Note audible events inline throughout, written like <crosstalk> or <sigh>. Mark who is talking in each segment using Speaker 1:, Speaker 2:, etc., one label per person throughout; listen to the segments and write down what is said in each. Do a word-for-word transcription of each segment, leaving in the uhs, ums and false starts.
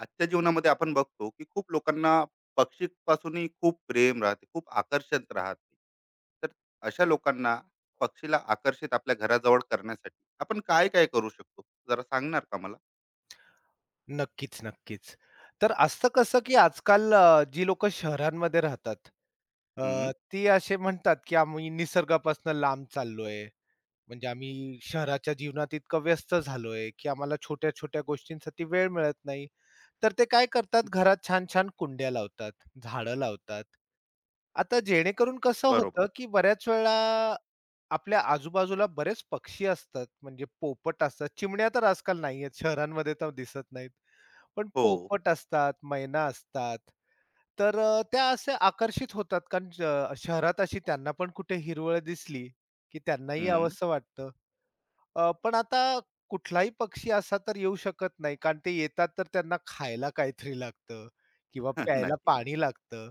Speaker 1: आजच्या जीवनामध्ये आपण बघतो की खूप लोकांना पक्षीपासूनही खूप प्रेम राहते, खूप आकर्षण राहते. तर अशा लोकांना पक्षीला आकर्षित आपल्या घराजवळ करण्यासाठी आपण काय काय करू शकतो? जरा सांगणार का मला?
Speaker 2: नक्कीच, नक्कीच. तर असतं कसं, की आजकाल अ, जी लोकं शहरांमध्ये राहतात,
Speaker 1: हम्म.
Speaker 2: अ, ती असे म्हणतात, की आम्ही निसर्गापासून लांब चाललोय. म्हणजे आम्ही शहराच्या जीवनात इतकं व्यस्त झालोय, की आम्हाला छोट्या-छोट्या गोष्टींसाठी वेळ मिळत नाही. तर ते काय करतात, घरात छान-छान कुंड्या लावतात, झाडं लावतात. आता जेणेकरून कसं
Speaker 1: बरोबर.
Speaker 2: होतं, की बऱ्याच वेळा आपल्या आजूबाजूला बरेच पक्षी असतात, म्हणजे पोपट असतात. चिमण्या तर आजकाल नाहीयेत, शहरांमध्ये तर दिसत नाहीत. पण
Speaker 1: हो.
Speaker 2: पोपट असतात, मैना असतात. तर अ, त्या असे आकर्षित होतात कारण श शहरात अशी त्यांना पण कुठे हिरवळ दिसली, की त्यांनाही
Speaker 1: हम्म.
Speaker 2: यावंसं वाटतं. अ, पण आता कुठलाही पक्षी असा तर येऊ शकत नाही कारण ते येतात तर त्यांना खायला काहीतरी लागतं किंवा
Speaker 1: <laughs>
Speaker 2: प्यायला
Speaker 1: नक्कीच.
Speaker 2: पाणी लागतं.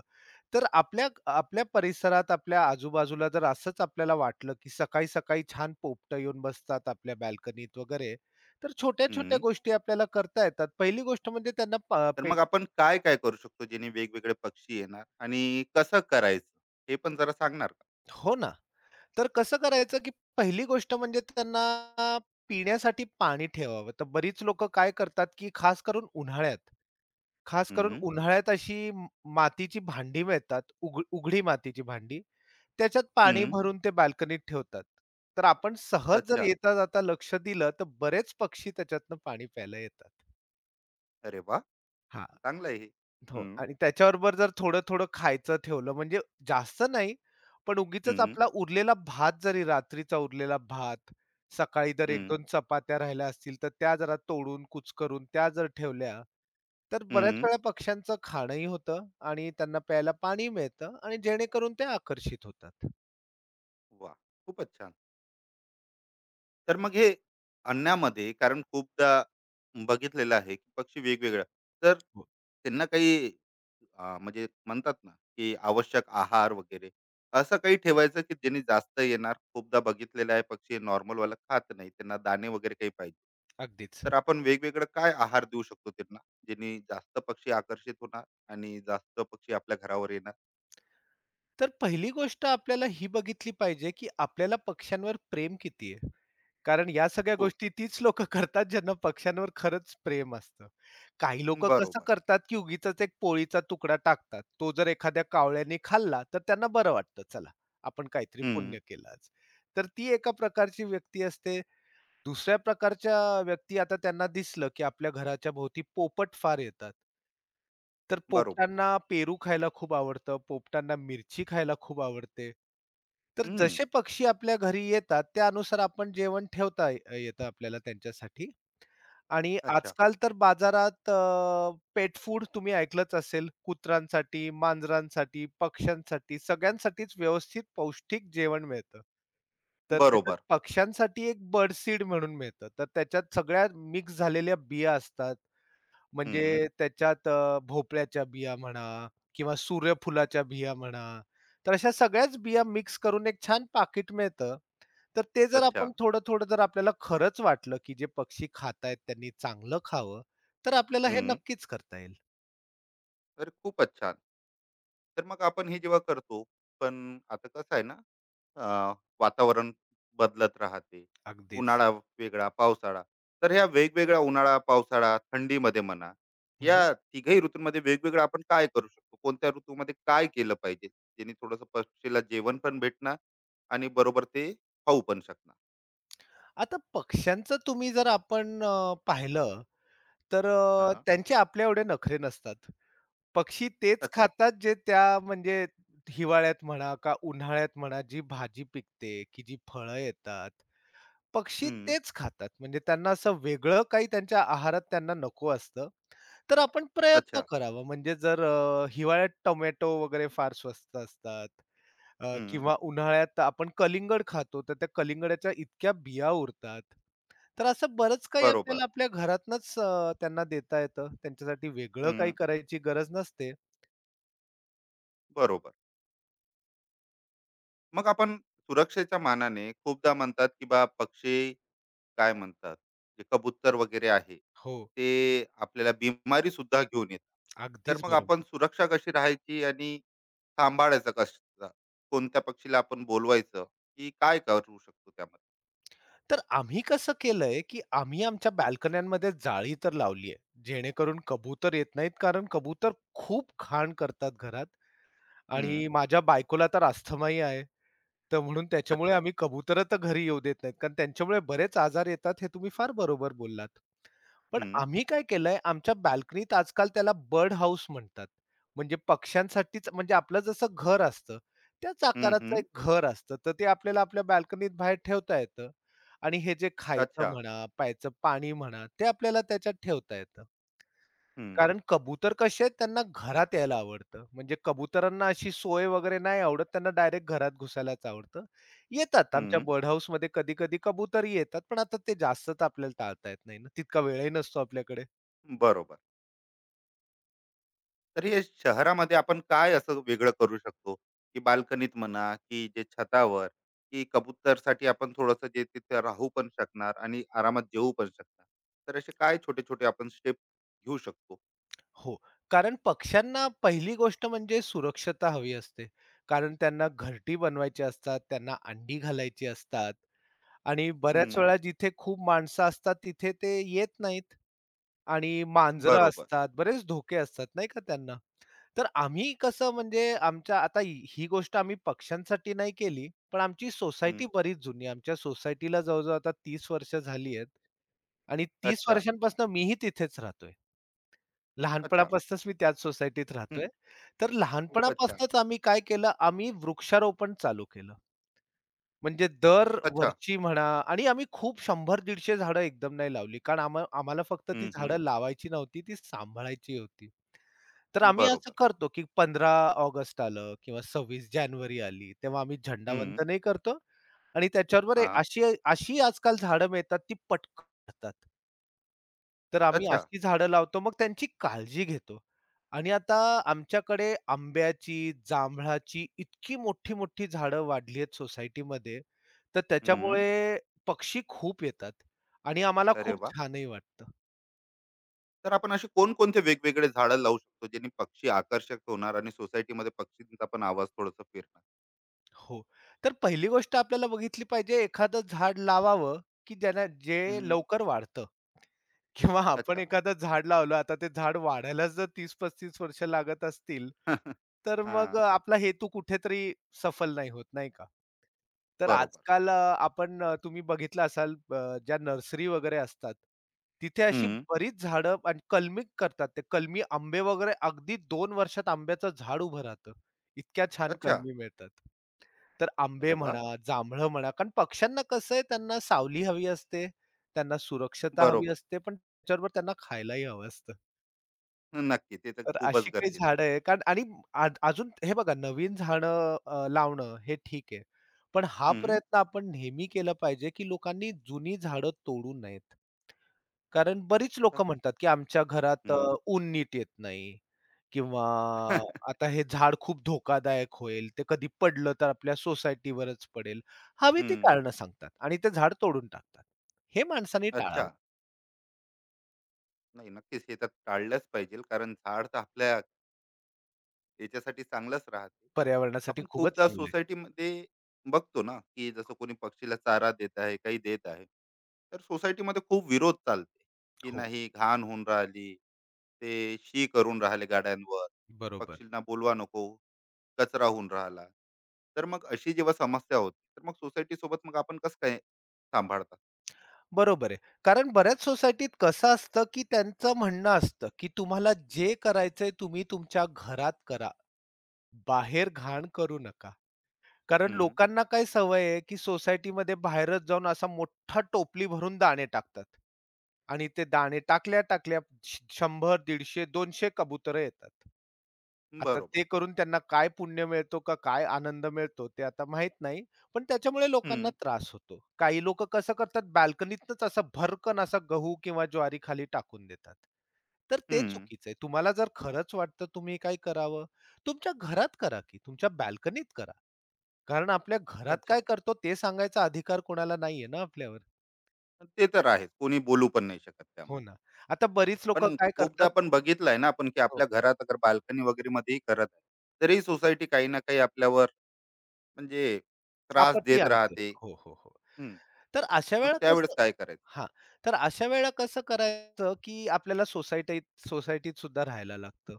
Speaker 2: तर आपल्या आपल्या परिसरात, आपल्या आजूबाजूला जर असंच आपल्याला वाटलं, की सकाळी-सकाळी छान पोपटं येऊन बसतात आपल्या बाल्कनीत वगैरे, तर छोट्या-छोट्या
Speaker 1: हम्म.
Speaker 2: गोष्टी आपल्याला करता येतात. पहिली गोष्ट म्हणजे त्यांना
Speaker 1: तर मग आपण काय काय करू शकतो जेणे वेगवेगळे पक्षी येणार आणि कसं करायचं? हे पण जरा सांगणार का?
Speaker 2: हो ना. तर कसं करायचं, की पहिली गोष्ट म्हणजे त्यांना पिण्यासाठी पाणी ठेवावं. तर बरीच लोकं काय करतात, की खास करून उन्हाळ्यात, खास करून
Speaker 1: हम्म.
Speaker 2: उन्हाळ्यात अशी म मातीची भांडी मिळतात, उघ उघडी मातीची भांडी. त्याच्यात पाणी
Speaker 1: हम्म.
Speaker 2: भरून ते बाल्कनीत ठेवतात. तर आपण सहज जर
Speaker 1: अच्छा.
Speaker 2: येता-जाता लक्ष दिलं, तर बरेच पक्षी त्याच्यातनं पाणी प्यायला येतात.
Speaker 1: अरे वा.
Speaker 2: हां.
Speaker 1: चांगलं आहे हे.
Speaker 2: हो
Speaker 1: हम्म.
Speaker 2: आणि त्याच्याबरोबर जर थोडं-थोडं खायचं ठेवलं म्हणजे जास्त नाही, पण उगीचच
Speaker 1: हम्म.
Speaker 2: आपला उरलेला भात जरी रात्रीचा उरलेला भात, सकाळी जर
Speaker 1: हम्म.
Speaker 2: एक दोन चपात्या राहिल्या असतील, तर त्या जरा तोडून कुचकरून त्या जर ठेवल्या, तर बऱ्याच
Speaker 1: हम्म.
Speaker 2: वेळा पक्ष्यांचं खाणंही होतं आणि त्यांना प्यायला पाणी मिळतं आणि जेणेकरून ते आकर्षित होतात.
Speaker 1: वा. खूपच छान. तर मग हे अन्नामध्ये कारण खूपदा बघितलेलं आहे की पक्षी वेगवेगळ्या. तर
Speaker 2: हो,
Speaker 1: त्यांना काही अं, म्हणजे म्हणतात ना की आवश्यक आहार वगैरे असं काही ठेवायचं की ज्यांनी जास्त येणार. खूपदा बघितलेलं आहे पक्षी नॉर्मल वाला खात नाही, त्यांना दाणे वगैरे काही पाहिजे.
Speaker 2: अगदीच.
Speaker 1: तर आपण वेगवेगळं काय आहार देऊ शकतो त्यांना? ज्यांनी जास्त पक्षी आकर्षित होणार आणि जास्त पक्षी आपल्या घरावर येणार.
Speaker 2: तर पहिली गोष्ट आपल्याला ही बघितली पाहिजे, की आपल्याला पक्ष्यांवर प्रेम किती आहे? कारण या सगळ्या
Speaker 1: हो.
Speaker 2: गोष्टी तीच लोकं करतात ज्यांना पक्ष्यांवर खरंच प्रेम असतं. काही लोकं कसं
Speaker 1: बरोबर.
Speaker 2: करतात, की उगीचच एक पोळीचा तुकडा टाकतात. तो जर एखाद्या कावळ्याने खाल्ला, तर त्यांना बरं वाटतं, चला आपण काहीतरी
Speaker 1: हम्म.
Speaker 2: पुण्य केलं आज. तर ती एका प्रकारची व्यक्ती असते. दुसऱ्या प्रकारच्या व्यक्ती आता त्यांना दिसलं, की आपल्या घराच्या भोवती पोपट फार येतात. तर
Speaker 1: बरोबर.
Speaker 2: पोपटांना पेरू खायला खूप आवडतं, पोपटांना मिरची खायला खूप आवडते. तर
Speaker 1: हम्म.
Speaker 2: जसे पक्षी आपल्या घरी येतात, त्यानुसार आपण जेवण ठेवता अ, येतं आपल्याला त्यांच्यासाठी. आणि
Speaker 1: अच्छा.
Speaker 2: आजकाल तर बाजारात पेट फूड तुम्ही ऐकलंच असेल. कुत्र्यांसाठी, मांजरांसाठी, पक्ष्यांसाठी सगळ्यांसाठीच व्यवस्थित पौष्टिक जेवण मिळतं. तर त्याच्यात
Speaker 1: बरोबर.
Speaker 2: पक्ष्यांसाठी एक बर्ड सीड म्हणून मिळतं. तर त्याच्यात सगळ्या मिक्स झालेल्या बिया असतात.
Speaker 1: हम्म.
Speaker 2: म्हणजे त्याच्यात अ, भोपळ्याच्या बिया म्हणा किंवा सूर्यफुलाच्या बिया म्हणा. तर अशा सगळ्याच बिया मिक्स करून एक छान पाकीट मिळतं. तर ते जर
Speaker 1: अच्छा.
Speaker 2: आपण थोडं-थोडं जर आपल्याला खरंच वाटलं, की जे पक्षी खातायत त्यांनी चांगलं खावं, तर आपल्याला हे
Speaker 1: हम्म.
Speaker 2: नक्कीच करता येईल.
Speaker 1: तर खूपच छान. तर मग आपण हे जेव्हा करतो, पण आता कसं आहे ना, अं, वातावरण बदलत राहते.
Speaker 2: अगदीच.
Speaker 1: उन्हाळा वेगळा, पावसाळा. तर ह्या वेगवेगळ्या उन्हाळा, पावसाळा, थंडीमध्ये म्हणा,
Speaker 2: हं, हं.
Speaker 1: या तिघही ऋतूंमध्ये वेगवेगळं आपण काय करू शकतो? कोणत्या ऋतूमध्ये काय केलं पाहिजे, जेणे थोडंसं पक्षीला जेवण पण भेटणार आणि बरोबर ते खाऊ पण शकणार.
Speaker 2: आता पक्ष्यांचं तुम्ही जर आपण अ, पाहिलं, तर अ,
Speaker 1: हा.
Speaker 2: त्यांचे आपल्या एवढे नखरे नसतात. पक्षी तेच
Speaker 1: अच्छा.
Speaker 2: खातात जे त्या म्हणजे हिवाळ्यात म्हणा का उन्हाळ्यात म्हणा जी भाजी पिकते, की जी फळं येतात, पक्षी
Speaker 1: हम्म.
Speaker 2: तेच खातात. म्हणजे त्यांना असं वेगळं काही त्यांच्या आहारात त्यांना नको असतं. तर आपण प्रयत्न
Speaker 1: अच्छा.
Speaker 2: करावा. म्हणजे जर अ, हिवाळ्यात टोमॅटो वगैरे फार स्वस्त असतात अ,
Speaker 1: हम्म.
Speaker 2: किंवा उन्हाळ्यात आपण कलिंगड खातो, तर त्या कलिंगडाच्या इतक्या बिया उरतात. तर असं बरंच काही
Speaker 1: बरोबर.
Speaker 2: आपल्याला आपल्या घरातनंच अ, त्यांना देता येतं. त्यांच्यासाठी वेगळं काही
Speaker 1: हम्म.
Speaker 2: करायची गरज नसते.
Speaker 1: बरोबर. मग आपण सुरक्षेच्या मानाने खूपदा म्हणतात की बा पक्षी, काय म्हणतात, जे कबूतर वगैरे आहे,
Speaker 2: हो,
Speaker 1: ते आपल्याला बिमारी सुद्धा घेऊन येतात. तर
Speaker 2: अगदीच
Speaker 1: मग आपण
Speaker 2: बरोबर.
Speaker 1: सुरक्षा कशी राहायची आणि सांभाळायचं कसं? कोणत्या पक्षीला आपण बोलवायचं? की काय करू शकतो त्यामध्ये?
Speaker 2: तर आम्ही कसं केलंय, की आम्ही आमच्या बाल्कन्यांमध्ये जाळी तर लावली आहे. जेणेकरून कबूतर येत नाहीत, कारण कबूतर खूप घाण करतात घरात
Speaker 1: हम्म.
Speaker 2: आणि माझ्या बायकोला तर अस्थमाही आहे. तर म्हणून त्याच्यामुळे
Speaker 1: अच्छा.
Speaker 2: आम्ही कबुतरं तर घरी येऊ देत नाहीत, कारण त्यांच्यामुळे बरेच आजार येतात, हे तुम्ही फार बरोबर बोललात. पण
Speaker 1: हम्म.
Speaker 2: आम्ही काय केलंय, आमच्या बाल्कनीत आजकाल त्याला बर्ड हाउस म्हणतात. म्हणजे पक्ष्यांसाठीच म्हणजे आपलं जसं घर असतं, त्याच
Speaker 1: हम्म.
Speaker 2: आकाराचं
Speaker 1: हम्म.
Speaker 2: एक घर असतं. तर ते आपल्याला आपल्या बाल्कनीत बाहेर ठेवता येतं आणि हे जे खायचं
Speaker 1: अच्छा.
Speaker 2: म्हणा, प्यायचं पाणी म्हणा, ते आपल्याला त्याच्यात ठेवता येतं.
Speaker 1: हम्म.
Speaker 2: कारण कबूतर कसे आहेत त्यांना घरात यायला आवडतं. म्हणजे कबुतरांना अशी सोय वगैरे नाही आवडत. त्यांना डायरेक्ट घरात घुसायलाच आवडतं. येतात आमच्या
Speaker 1: हम्म.
Speaker 2: बर्ड हाउसमध्ये कधी-कधी कबुतरही येतात. पण आता ते जास्तच आपल्याला टाळता येत नाही ना. तितका वेळही नसतो आपल्याकडे.
Speaker 1: बरोबर. तर हे शहरामध्ये आपण काय असं वेगळं करू शकतो, की बाल्कनीत म्हणा की जे छतावर, की कबूतरसाठी आपण थोडंसं जे तिथे राहू पण शकणार आणि आरामात जेवू पण शकणार? तर असे काय छोटे छोटे आपण स्टेप घेऊ शकतो?
Speaker 2: हो. कारण पक्ष्यांना पहिली गोष्ट म्हणजे सुरक्षता हवी असते. कारण त्यांना घरटी बनवायची असतात, त्यांना अंडी घालायची असतात. आणि बऱ्याच
Speaker 1: हम्म.
Speaker 2: वेळा जिथे खूप माणसं असतात तिथे ते येत नाहीत आणि मांजरं बरोबर.
Speaker 1: बरोबर.
Speaker 2: असतात, बरेच धोके असतात नाही का त्यांना. तर आम्ही कसं म्हणजे आमच्या आता ही ही गोष्ट आम्ही पक्ष्यांसाठी नाही केली, पण आमची
Speaker 1: हम्म.
Speaker 2: सोसायटी बरीच जुनी आहे. आमच्या सोसायटीला जवळ आता तीस वर्ष झाली आहेत आणि तीस
Speaker 1: अच्छा.
Speaker 2: वर्षांपासून मीही तिथेच राहतोय.
Speaker 1: अच्छा.
Speaker 2: लहानपणापासूनच मी त्याच सोसायटीत
Speaker 1: हम्म.
Speaker 2: राहतोय. तर
Speaker 1: खूपच छान.
Speaker 2: लहानपणापासूनच आम्ही काय केलं, आम्ही वृक्षारोपण चालू केलं. म्हणजे
Speaker 1: अच्छा.
Speaker 2: दरवर्षी म्हणा आणि आम्ही खूप शंभर दीडशे झाडं एकदम नाही लावली. कारण आम्हा आम्हाला फक्त ती
Speaker 1: हम्म.
Speaker 2: झाडं लावायची नव्हती, ती सांभाळायची होती. तर
Speaker 1: हम्म.
Speaker 2: आम्ही असं
Speaker 1: बरोबर.
Speaker 2: करतो, की पंधरा ऑगस्ट आलं किंवा सव्वीस जानेवारी आली, तेव्हा आम्ही
Speaker 1: हम्म.
Speaker 2: झेंडावंदन नाही करतो आणि त्याच्याबरोबर एक
Speaker 1: हा.
Speaker 2: अशी अशी आजकाल झाडं मिळतात ती पटकन वाढतात. तर आम्ही
Speaker 1: अच्छा.
Speaker 2: अशी झाडं लावतो, मग त्यांची काळजी घेतो. आणि आता आमच्याकडे आंब्याची, जांभळाची इतकी मोठी-मोठी झाडं वाढली आहेत सोसायटीमध्ये, तर
Speaker 1: हम्म.
Speaker 2: त्याच्यामुळे पक्षी खूप येतात आणि आम्हाला
Speaker 1: अरे
Speaker 2: खूप
Speaker 1: वा.
Speaker 2: छानही वाटतं.
Speaker 1: तर आपण असे कोणकोणते वेगवेगळे झाडं लावू शकतो ज्यांनी पक्षी आकर्षक होणार आणि सोसायटीमध्ये पक्षींचा पण आवाज थोडासा फिरणार?
Speaker 2: हो. तर पहिली गोष्ट आपल्याला बघितली पाहिजे, एखादं झाड लावावं, की ज्याला जे लवकर वाढतं. किंवा आपण
Speaker 1: अच्छा.
Speaker 2: एखादं झाड लावलं, आता ते झाड वाढायलाच जर तीस पस्तीस वर्ष लागत असतील,
Speaker 1: <laughs>
Speaker 2: तर मग
Speaker 1: हां,
Speaker 2: अ, आपला हेतू कुठेतरी सफल नाही होत, नाही का? तर
Speaker 1: बरोबर.
Speaker 2: आजकाल अ, आपण अ, तुम्ही बघितलं असाल अ, ज्या नर्सरी वगैरे असतात, तिथे अशी
Speaker 1: हं.
Speaker 2: बरीच झाडं आणि कलमी करतात. ते कलमी आंबे वगैरे अगदी दोन वर्षात आंब्याचं झाड उभं राहतं. इतक्या छान
Speaker 1: अच्छा.
Speaker 2: कलमी मिळतात. तर
Speaker 1: अरे
Speaker 2: आंबे
Speaker 1: वाह!
Speaker 2: म्हणा, जांभळं म्हणा, कारण पक्ष्यांना कसं आहे त्यांना सावली हवी असते, त्यांना सुरक्षता हवी
Speaker 1: बरोबर.
Speaker 2: असते, पण त्याच्याबरोबर त्यांना खायलाही हवं असतं.
Speaker 1: नक्की. ते तर
Speaker 2: तर अशी
Speaker 1: खूपच
Speaker 2: काही
Speaker 1: गरजेचं.
Speaker 2: झाडं आहे कारण आणि आ अजून हे बघा नवीन झाडं अ, लावणं हे ठीक आहे. पण हा
Speaker 1: हं,
Speaker 2: प्रयत्न आपण नेहमी केला पाहिजे, की लोकांनी जुनी झाडं तोडू नयेत. कारण बरीच
Speaker 1: आहे.
Speaker 2: लोकं म्हणतात, की आमच्या घरात अ,
Speaker 1: हं,
Speaker 2: ऊन नीट येत नाही किंवा आता हे झाड खूप धोकादायक होईल. ते कधी पडलं तर आपल्या सोसायटीवरच पडेल. हवी ती
Speaker 1: हं.
Speaker 2: कारणं
Speaker 1: <laughs>
Speaker 2: सांगतात आणि ते झाड तोडून टाकतात. हे माणसाने
Speaker 1: अच्छा.
Speaker 2: टाळावं.
Speaker 1: नाही, नक्कीच हे तर टाळलंच पाहिजे, कारण झाड तर आपल्या याच्यासाठी चांगलंच राहते.
Speaker 2: पर्यावरणासाठी
Speaker 1: आपण
Speaker 2: खूपच
Speaker 1: खूपदा
Speaker 2: चांगलं
Speaker 1: सोसायटीमध्ये बघतो ना, की जसं कोणी पक्षीला चारा देत आहे, काही देत आहे. तर सोसायटीमध्ये खूप विरोध चालते, की
Speaker 2: हो,
Speaker 1: नाही घाण होऊन राहिली, ते शी करून राहिले गाड्यांवर.
Speaker 2: बरोबर.
Speaker 1: पक्षींना बोलवा नको. कचरा होऊन राहिला. तर मग अशी जेव्हा समस्या होती, तर मग सोसायटी सोबत मग आपण कसं काय सांभाळतात?
Speaker 2: बरोबर आहे. कारण बऱ्याच सोसायटीत कसं असतं, की त्यांचं म्हणणं असतं, की तुम्हाला जे करायचंय तुम्ही तुमच्या घरात करा. बाहेर घाण करू नका. कारण
Speaker 1: हम्म.
Speaker 2: लोकांना काय सवय आहे, की सोसायटीमध्ये बाहेरच जाऊन असा मोठा टोपली भरून दाणे टाकतात. आणि ते दाणे टाकल्या-टाकल्या श शंभर, दीडशे, दोनशे कबुतर येतात. आता
Speaker 1: बरोबर.
Speaker 2: ते करून त्यांना काय पुण्य मिळतो का काय आनंद मिळतो ते आता माहीत नाही. पण त्याच्यामुळे लोकांना
Speaker 1: हम्म.
Speaker 2: त्रास होतो. काही लोकं कसं करतात बाल्कनीतनंच असा भरकन असा गहू किंवा ज्वारी खाली टाकून देतात. तर ते
Speaker 1: हम्म.
Speaker 2: चुकीचं आहे. तुम्हाला जर खरंच वाटतं तुम्ही काही करावं, तुमच्या घरात करा की तुमच्या बाल्कनीत करा. कारण आपल्या घरात
Speaker 1: अच्छा.
Speaker 2: काय करतो ते सांगायचा अधिकार कोणाला नाहीये ना आपल्यावर.
Speaker 1: ते तर आहेच, कोणी बोलू पण नाही शकत
Speaker 2: हो
Speaker 1: त्यामुळे.
Speaker 2: ना. आता बरीच लोकं
Speaker 1: पण
Speaker 2: काय
Speaker 1: खूपदा
Speaker 2: करतात
Speaker 1: आपण बघितलंय ना आपण की
Speaker 2: हो.
Speaker 1: आपल्या घरात अगर बाल्कनी वगैरे मध्येही करत आहे, तरी सोसायटी काही ना काही आपल्यावर, म्हणजे त्रास
Speaker 2: आपत्ती
Speaker 1: देत
Speaker 2: आणते.
Speaker 1: राहते.
Speaker 2: हो, हो, हो.
Speaker 1: हम्म.
Speaker 2: तर अशा
Speaker 1: मग
Speaker 2: वेळेला
Speaker 1: त्यावेळेस
Speaker 2: कसं
Speaker 1: काय करायचं?
Speaker 2: हां. तर अशा वेळेला कसं करायचं, की आपल्याला सोसायटीत सोसायटीत सुद्धा राहायला लागतं.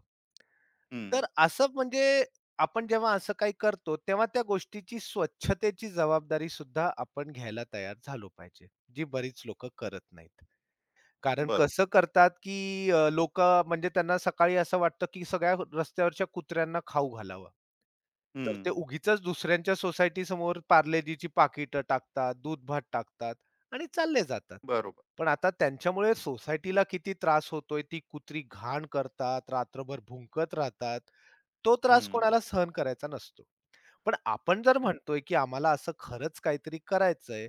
Speaker 1: हम्म.
Speaker 2: तर असं म्हणजे आपण जेव्हा असं काही करतो, तेव्हा त्या गोष्टीची स्वच्छतेची जबाबदारी सुद्धा आपण घ्यायला तयार झालो पाहिजे, जी बरीच लोकं करत नाहीत. कारण
Speaker 1: बरोबर.
Speaker 2: कसं करतात, की अ, लोकं म्हणजे त्यांना सकाळी असं वाटतं, की सगळ्या रस्त्यावरच्या कुत्र्यांना खाऊ घालावं. तर ते
Speaker 1: हम्म.
Speaker 2: उगीचच दुसऱ्यांच्या सोसायटीसमोर समोर जीची पाकिटं टाकतात, दूध-भात टाकतात आणि चालले जातात.
Speaker 1: बरोबर.
Speaker 2: पण आता त्यांच्यामुळे सोसायटीला किती त्रास होतोय, ती कुत्री घाण करतात, रात्रभर भुंकत राहतात. तो त्रास
Speaker 1: हम्म.
Speaker 2: कोणाला सहन करायचा नसतो. पण आपण जर म्हणतोय, की आम्हाला असं खरंच काहीतरी करायचंय,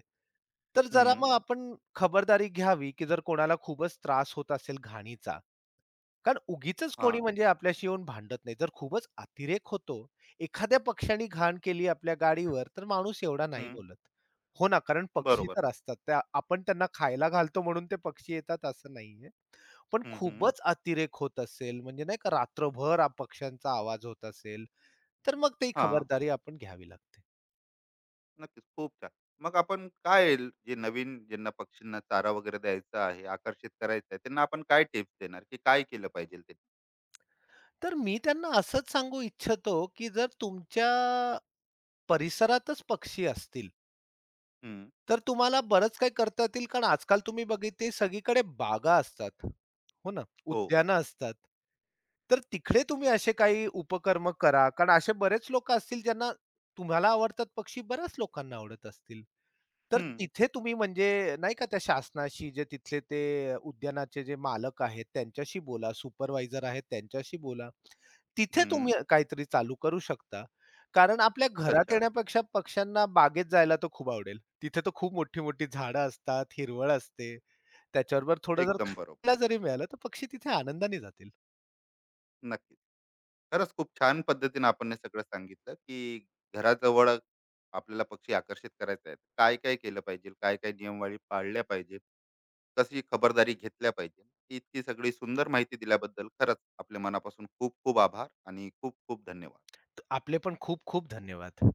Speaker 2: तर जरा
Speaker 1: हम्म.
Speaker 2: मग आपण खबरदारी घ्यावी, की जर कोणाला खूपच त्रास होत असेल घाणीचा. कारण उगीचच
Speaker 1: हा.
Speaker 2: कोणी म्हणजे आपल्याशी येऊन भांडत नाही. जर खूपच अतिरेक होतो, एखाद्या पक्ष्याने घाण केली आपल्या गाडीवर, तर माणूस एवढा नाही
Speaker 1: हम्म.
Speaker 2: बोलत. हो ना, कारण पक्षी
Speaker 1: बरोबर.
Speaker 2: तर असतात. त्या आपण त्यांना खायला घालतो म्हणून ते पक्षी येतात असं नाहीये. पण
Speaker 1: हं, हं.
Speaker 2: खूपच अतिरेक होत असेल, म्हणजे नाही का रात्रभर आ- पक्ष्यांचा आवाज होत असेल तर मग ती
Speaker 1: हां,
Speaker 2: खबरदारी आपण घ्यावी लागते.
Speaker 1: नक्कीच. खूप छान. मग आपण काय ल- जे नवीन ज्यांना पक्षींना चारा वगैरे द्यायचा आहे, आकर्षित करायचं आहे, त्यांना आपण काय टिप्स देणार, की काय केलं पाहिजे ते?
Speaker 2: तर मी त्यांना असंच सांगू इच्छितो, की जर तुमच्या परिसरातच पक्षी असतील,
Speaker 1: हं.
Speaker 2: तर तुम्हाला बरंच काही करता येतील. कारण आजकाल तुम्ही बघितली सगळीकडे बागा असतात. हो ना?
Speaker 1: हो.
Speaker 2: उद्यानं असतात. तर तिकडे तुम्ही असे काही उपक्रम करा. कारण असे बरेच लोकं असतील ज्यांना तुम्हाला आवडतात पक्षी, बऱ्याच लोकांना आवडत असतील. तर
Speaker 1: हं.
Speaker 2: तिथे तुम्ही म्हणजे नाही का त्या शासनाशी जे तिथले ते उद्यानाचे जे मालक आहेत त्यांच्याशी बोला, सुपरवायझर आहेत त्यांच्याशी बोला. तिथे
Speaker 1: हं.
Speaker 2: तुम्ही काहीतरी चालू करू शकता. कारण आपल्या घरात
Speaker 1: अच्छा.
Speaker 2: येण्यापेक्षा पक्ष्यांना बागेत जायला तर खूप आवडेल. तिथे तर खूप मोठी-मोठी झाडं असतात, हिरवळ असते. त्याच्याबरोबर थोडं जर
Speaker 1: एकदम बरोबर.
Speaker 2: खायला जरी मिळालं, तर पक्षी तिथे आनंदाने जातील.
Speaker 1: नक्कीच. खरंच खूप छान पद्धतीने आपण हे सगळं सांगितलं, की घराजवळ आपल्याला पक्षी आकर्षित करायचे आहेत. काय-काय केलं पाहिजे, काय-काय नियमवाळी पाळल्या पाहिजेत, कशी खबरदारी घेतल्या पाहिजे. इतकी सगळी सुंदर माहिती दिल्याबद्दल खरंच आपल्या मनापासून खूप-खूप आभार आणि खूप-खूप धन्यवाद.
Speaker 2: आपले पण खूप खूप धन्यवाद.